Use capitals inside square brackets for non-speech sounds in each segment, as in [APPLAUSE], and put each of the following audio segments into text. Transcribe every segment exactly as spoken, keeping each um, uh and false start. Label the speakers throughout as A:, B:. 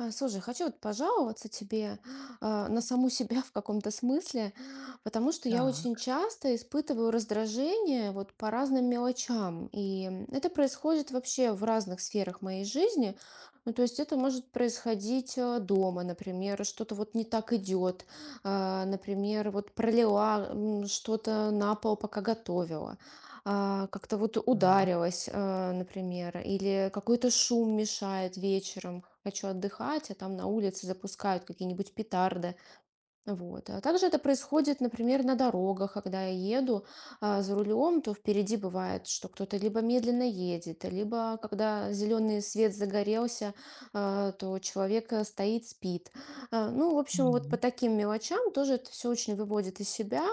A: А, Слушай, хочу вот пожаловаться тебе [GASPS] а, на саму себя в каком-то смысле, [GASPS] потому что я очень
B: Так,
A: часто испытываю раздражение вот по разным мелочам, и это происходит вообще в разных сферах моей жизни. Ну, то есть это может происходить э, дома, например, что-то вот не так идет, а, например, вот пролила м, что-то на пол, пока готовила, а, как-то вот
B: так.
A: ударилась, э, например, или какой-то шум мешает вечером, хочу отдыхать, а там на улице запускают какие-нибудь петарды, вот. А также это происходит, например, на дорогах, когда я еду а, за рулем, то впереди бывает, что кто-то либо медленно едет, либо когда зеленый свет загорелся, а, то человек э, стоит, спит. А, Ну, в общем, вот по
B: Ну,
A: таким мелочам тоже это все очень выводит из себя,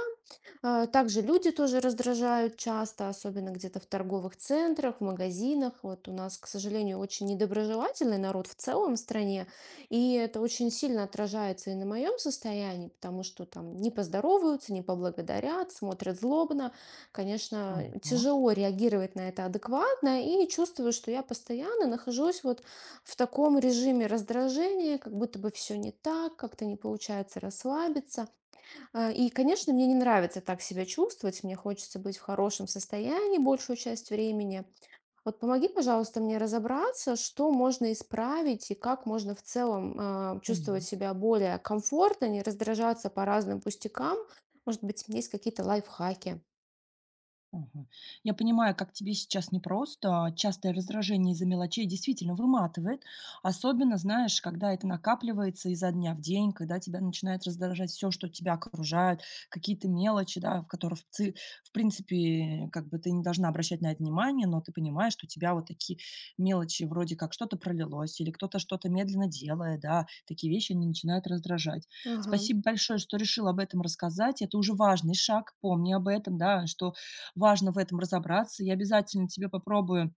A: а, также люди тоже раздражают часто, особенно где-то в торговых центрах, в магазинах. Вот у нас, к сожалению, очень недоброжелательный народ в целом в стране, и это очень сильно отражается и на моем состоянии, потому что там не поздороваются, не поблагодарят, смотрят злобно. Конечно,
B: ага,
A: тяжело реагировать на это адекватно, и чувствую, что я постоянно нахожусь вот в таком режиме раздражения, как будто бы все не так, как-то не получается расслабиться. А, и, конечно, мне не нравится так себя чувствовать. Мне хочется быть в хорошем состоянии большую часть времени. Вот помоги, пожалуйста, мне разобраться, что можно исправить и как можно в целом а, чувствовать
B: поняла.
A: себя более комфортно, не раздражаться по разным пустякам. Может быть, есть какие-то лайфхаки.
B: Ага. Я понимаю, как тебе сейчас непросто. Частое раздражение из-за мелочей действительно выматывает. Особенно, знаешь, когда это накапливается изо дня в день, когда тебя начинает раздражать все, что тебя окружает, какие-то мелочи, да, в которых, в ци- в принципе, как бы ты не должна обращать на это внимание, но ты понимаешь, что у тебя вот такие мелочи, вроде как что-то пролилось, или кто-то что-то медленно делает, да, такие вещи, они начинают раздражать.
A: Ага.
B: Спасибо большое, что решил об этом рассказать. Это уже важный шаг. Помни об этом, да, что важно в этом разобраться. Я обязательно тебе попробую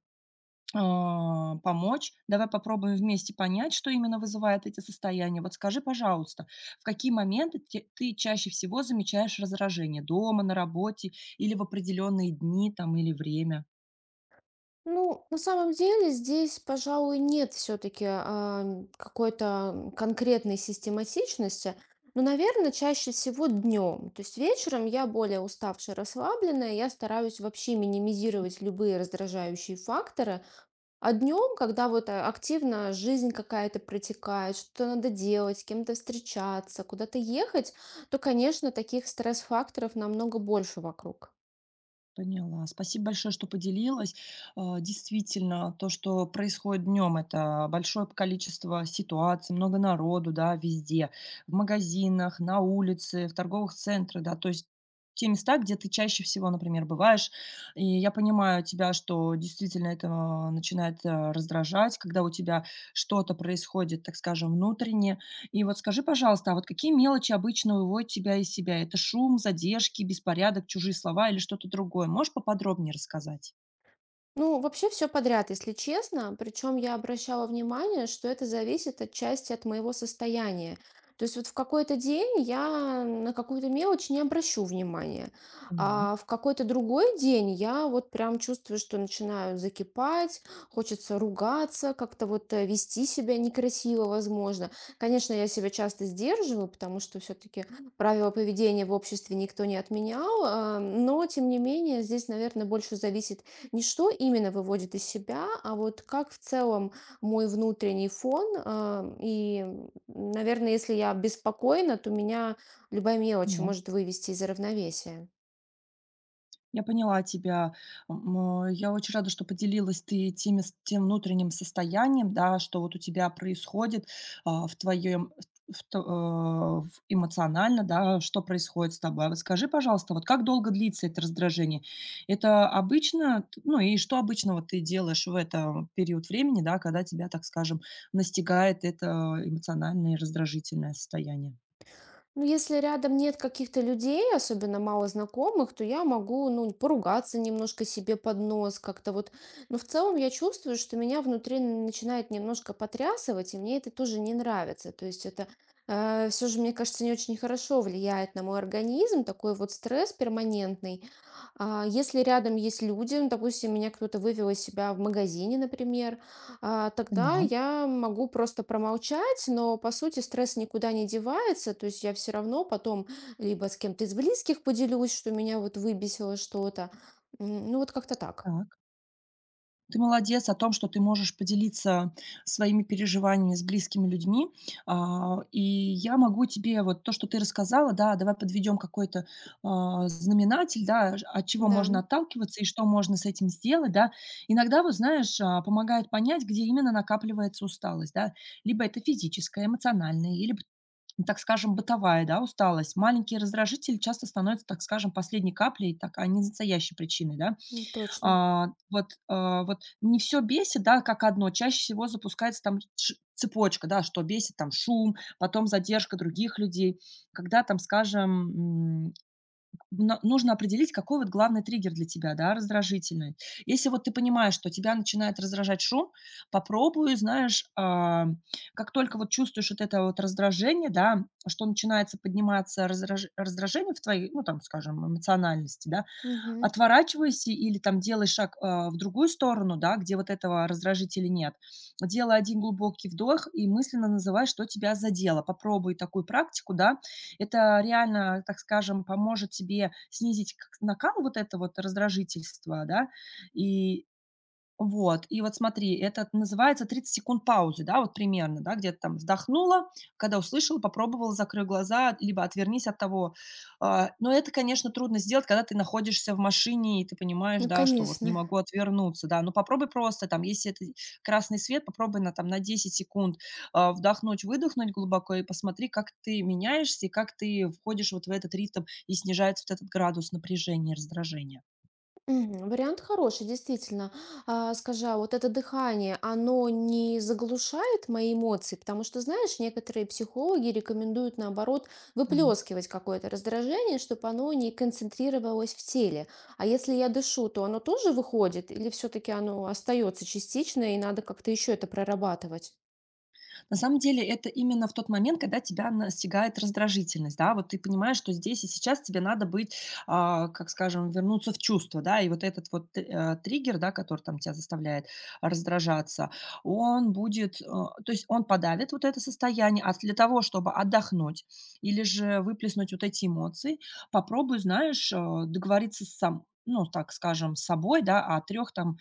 B: а, помочь. Давай попробуем вместе понять, что именно вызывает эти состояния. Вот скажи, пожалуйста, в какие моменты те ты чаще всего замечаешь раздражение: дома, на работе или в определенные дни там или время?
A: Ну, на самом деле здесь, пожалуй, нет все-таки какой-то конкретной систематичности. Но, наверное, чаще всего днем. То есть вечером я более уставшая, расслабленная, я стараюсь вообще минимизировать любые раздражающие факторы. А днем, когда вот а, активно жизнь какая-то протекает, что-то надо делать, с кем-то встречаться, куда-то ехать, то, конечно, таких стресс-факторов намного больше вокруг.
B: Поняла. Спасибо большое, что поделилась. А, Действительно, то, что происходит днем, это большое количество ситуаций, много народу, да, везде, в магазинах, на улице, в торговых центрах, да, то есть те места, где ты чаще всего, например, бываешь. И я понимаю тебя, что действительно это а, начинает а, раздражать, когда у тебя что-то происходит, так скажем, внутренне, и вот скажи, пожалуйста, а вот какие мелочи обычно выводят тебя из себя? Это шум, задержки, беспорядок, чужие слова или что-то другое? Можешь поподробнее рассказать?
A: Ну, вообще все подряд, если честно. Причем я обращала внимание, что это зависит отчасти от моего состояния. То есть вот в какой-то день я на какую-то мелочь не обращу внимания,
B: Поняла,
A: а в какой-то другой день я вот прям чувствую, что начинаю закипать, хочется ругаться, как-то вот э, вести себя некрасиво, возможно. Конечно, я себя часто сдерживаю, потому что все-таки правила поведения в обществе никто не отменял, а, но тем не менее здесь, наверное, больше зависит не что именно выводит из себя, а вот как в целом мой внутренний фон. а, И, наверное, если я беспокойна, то меня любая мелочь
B: поняла.
A: может вывести из равновесия.
B: Я поняла тебя. М, э, я очень рада, что поделилась ты теми с тем внутренним состоянием, да, что вот у тебя происходит, а, в твоем в т э, в эмоционально, да, что происходит с тобой. А вот скажи, пожалуйста, вот как долго длится это раздражение? Это обычно, т ну, и что обычного ты делаешь в это период времени, да, когда тебя, так скажем, настигает это эмоциональное и раздражительное состояние?
A: Ну, если рядом нет каких-то людей, особенно мало знакомых, то я могу, ну, поругаться немножко себе под нос как-то вот. Но в целом я чувствую, что меня внутри начинает немножко потрясывать, и мне это тоже не нравится. То есть это все же, мне кажется, не очень хорошо влияет на мой организм, такой вот стресс перманентный. А, Если рядом есть люди, ну, допустим, меня кто-то вывел из себя в магазине, например, а, тогда
B: Поняла.
A: я могу просто промолчать, но по сути стресс никуда не девается, то есть я все равно потом либо с кем-то из близких поделюсь, что меня вот выбесило что-то. М, Ну вот как-то так.
B: Так. Ты молодец о том, что ты можешь поделиться своими переживаниями с близкими людьми. А, и я могу тебе вот то, что ты рассказала, да, давай подведем какой-то а, знаменатель, да, ж- от чего
A: Да,
B: можно отталкиваться и что можно с этим сделать, да. Иногда, вот знаешь, а, помогает понять, где именно накапливается усталость, да. Либо это физическая, эмоциональная, или б- так скажем, бытовая, да, усталость. Маленькие раздражители часто становятся, так скажем, последней каплей, так, а не настоящей причиной, да.
A: м, точно.
B: А, вот, а, вот не все бесит, да, как одно. Чаще всего запускается там ш цепочка, да, что бесит там шум, потом задержка других людей. Когда там, скажем, м, но нужно определить, какой вот главный триггер для тебя, да, раздражительный. Если вот ты понимаешь, что тебя начинает раздражать шум, попробуй, знаешь, а, как только вот чувствуешь вот это вот раздражение, да, что начинается подниматься раздраж раздражение в твоей, ну, там, скажем, эмоциональности, да,
A: Мгм.
B: отворачивайся или там делай шаг, а, в другую сторону, да, где вот этого раздражителя нет. Делай один глубокий вдох и мысленно называй, что тебя задело. Попробуй такую практику, да. Это реально, так скажем, поможет тебе снизить как накал вот это вот раздражительства, да, и вот, и вот смотри, это называется тридцать секунд паузы, да, вот примерно, да, где-то там вздохнула, когда услышала, попробовала, закрой глаза, либо отвернись от того. А, Но это, конечно, трудно сделать, когда ты находишься в машине, и ты понимаешь,
A: Ну,
B: да, что вот не
A: конечно.
B: могу отвернуться, да, но попробуй просто, там, если это красный свет, попробуй на, там, на десять секунд а, вдохнуть, выдохнуть глубоко и посмотри, как ты меняешься и как ты входишь вот в этот ритм и снижается вот этот градус напряжения раздражения.
A: Мгм. Вариант хороший, действительно. А, скажи, а вот это дыхание, оно не заглушает мои эмоции? Потому что, знаешь, некоторые психологи рекомендуют, наоборот,
B: Так.
A: выплескивать какое-то раздражение, чтобы оно не концентрировалось в теле. А если я дышу, то оно тоже выходит? Или все-таки оно остается частично, и надо как-то еще это прорабатывать?
B: На самом деле это именно в тот момент, когда тебя настигает раздражительность, да, вот ты понимаешь, что здесь и сейчас тебе надо быть, а, как скажем, вернуться в чувство, да, и вот этот вот т- э, триггер, да, который там тебя заставляет раздражаться, он будет, э, то есть он подавит вот это состояние, а для того, чтобы отдохнуть или же выплеснуть вот эти эмоции, попробуй, знаешь, э, договориться с сам, ну, так скажем, с собой, да, о трех там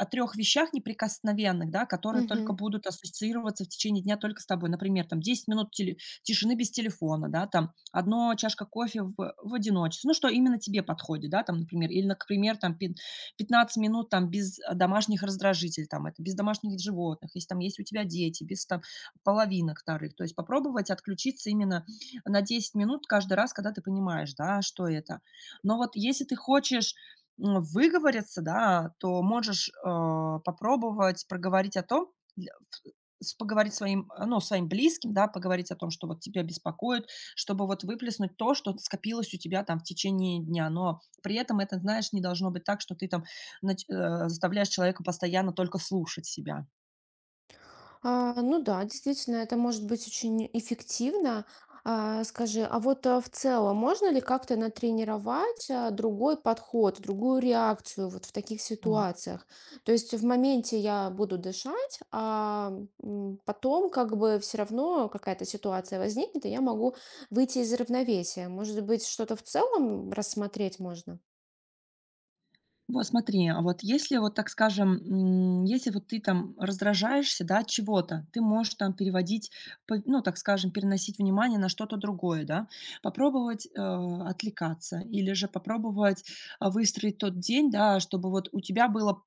B: о трех вещах неприкосновенных, да, которые только
A: Мгм.
B: будут ассоциироваться в течение дня только с тобой. Например, там десять минут теле тишины без телефона, да, там одна чашка кофе в в одиночестве. Ну, что именно тебе подходит, да, там, например, или, на к пример, там пят пятнадцать минут там без, э, домашних раздражителей, там это, без домашних животных, если там есть у тебя дети, без там половинок вторых. То есть попробовать отключиться именно на десять минут каждый раз, когда ты понимаешь, да, что это. Но вот если ты хочешь, м, выговориться, да, то можешь, а, попробовать проговорить о том, для ф с поговорить своим, э, ну, своим близким, да, поговорить о том, что вот тебя беспокоит, чтобы вот выплеснуть то, что скопилось у тебя там в течение дня. Но при этом это, знаешь, не должно быть так, что ты там нач э, заставляешь человека постоянно только слушать себя.
A: А, ну да, действительно, это может быть очень эффективно. А, скажи, а вот а, в целом можно ли как-то натренировать а, другой подход, другую реакцию вот в таких
B: Так.
A: ситуациях? То есть в моменте я буду дышать, а м, потом как бы все равно какая-то ситуация возникнет, и я могу выйти из равновесия. Может быть, что-то в целом рассмотреть можно?
B: Вот смотри, а вот если вот, так скажем, м, если вот ты там раздражаешься, да, от чего-то, ты можешь там переводить, п- ну, так скажем, переносить внимание на что-то другое, да, попробовать э, отвлекаться или же попробовать а, выстроить тот день, да, чтобы вот у тебя было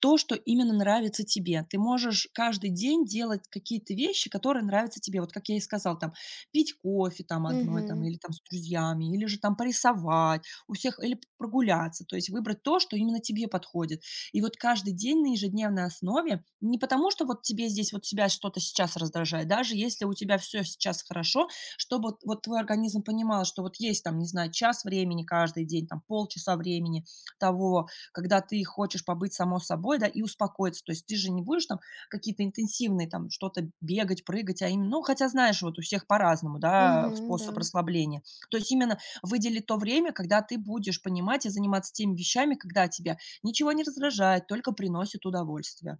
B: то, что именно нравится тебе. Ты можешь каждый день делать какие-то вещи, которые нравятся тебе. Вот как я и сказала, там, пить кофе там одной, там,
A: Угу,
B: или там с друзьями, или же там порисовать, у всех или прогуляться, то есть выбрать то, что именно тебе подходит. И вот каждый день на ежедневной основе, не потому что вот тебе здесь вот тебя что-то сейчас раздражает, даже если у тебя все сейчас хорошо, чтобы вот вот твой организм понимал, что вот есть там, не знаю, час времени каждый день, там полчаса времени того, когда ты хочешь побыть само собой, да, и успокоиться. То есть ты же не будешь там какие-то интенсивные там что-то бегать, прыгать, а именно ну, хотя знаешь, вот у всех по-разному, да,
A: угу, да.
B: способ расслабления. То есть именно выдели то время, когда ты будешь понимать и заниматься теми вещами, когда тебя ничего не раздражает, только приносит удовольствие.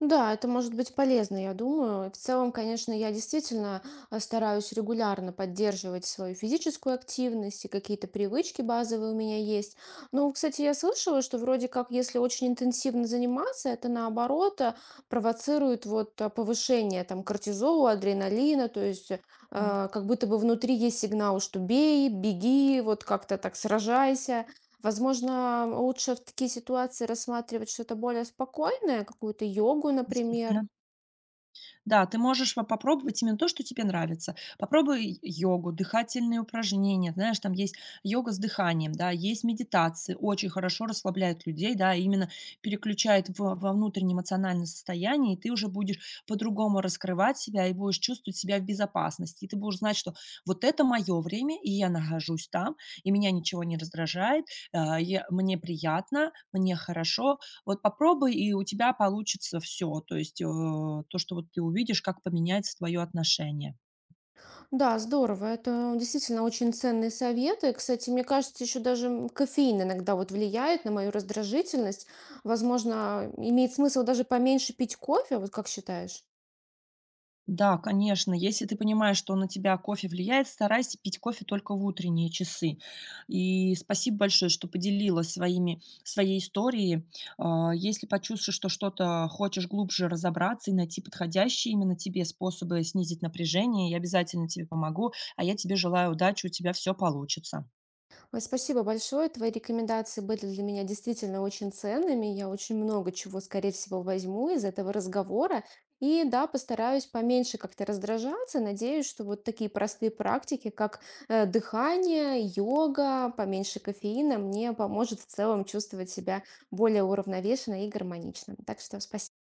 A: Да, это может быть полезно, я думаю. И В целом, конечно, я действительно э, стараюсь регулярно поддерживать свою физическую активность, и какие-то привычки базовые у меня есть. Ну, вот, кстати, я слышала, что вроде как, если очень интенсивно заниматься, это наоборот э, провоцирует вот э, повышение там кортизола, адреналина, то есть, э,
B: Так,
A: как будто бы внутри есть сигнал, что бей, беги, вот как-то так, сражайся. Возможно, лучше в такие ситуации рассматривать что-то более спокойное, какую-то йогу, например.
B: действительно. Да, ты можешь по- попробовать именно то, что тебе нравится. Попробуй йогу, дыхательные упражнения. Знаешь, там есть йога с дыханием, да, есть медитации, очень хорошо расслабляет людей, да, и именно переключает во, во внутреннее эмоциональное состояние, и ты уже будешь по-другому раскрывать себя и будешь чувствовать себя в безопасности. И ты будешь знать, что вот это мое время, и я нахожусь там, и меня ничего не раздражает, а, я- мне приятно, мне хорошо, вот попробуй, и у тебя получится все. То есть, э, то, что вот ты увидишь, как поменяется твое отношение.
A: Да, здорово. Это действительно очень ценные советы. Кстати, мне кажется, еще даже м, кофеин иногда вот влияет на мою раздражительность. Возможно, имеет смысл даже поменьше пить кофе, вот как считаешь?
B: Да, конечно, если ты понимаешь, что на тебя кофе влияет, старайся пить кофе только в утренние часы. И спасибо большое, что поделилась своими своей историей. А, если почувствуешь, что что-то хочешь глубже разобраться и найти подходящие именно тебе способы снизить напряжение, я обязательно тебе помогу, а я тебе желаю удачи, у тебя все получится.
A: Ой, спасибо большое. Твои рекомендации были для меня действительно очень ценными. Я очень много чего, скорее всего, возьму из этого разговора. И да, постараюсь поменьше как-то раздражаться. Надеюсь, что вот такие простые практики, как э, дыхание, йога, поменьше кофеина, мне поможет в целом чувствовать себя более уравновешенно и гармонично. Так что спасибо.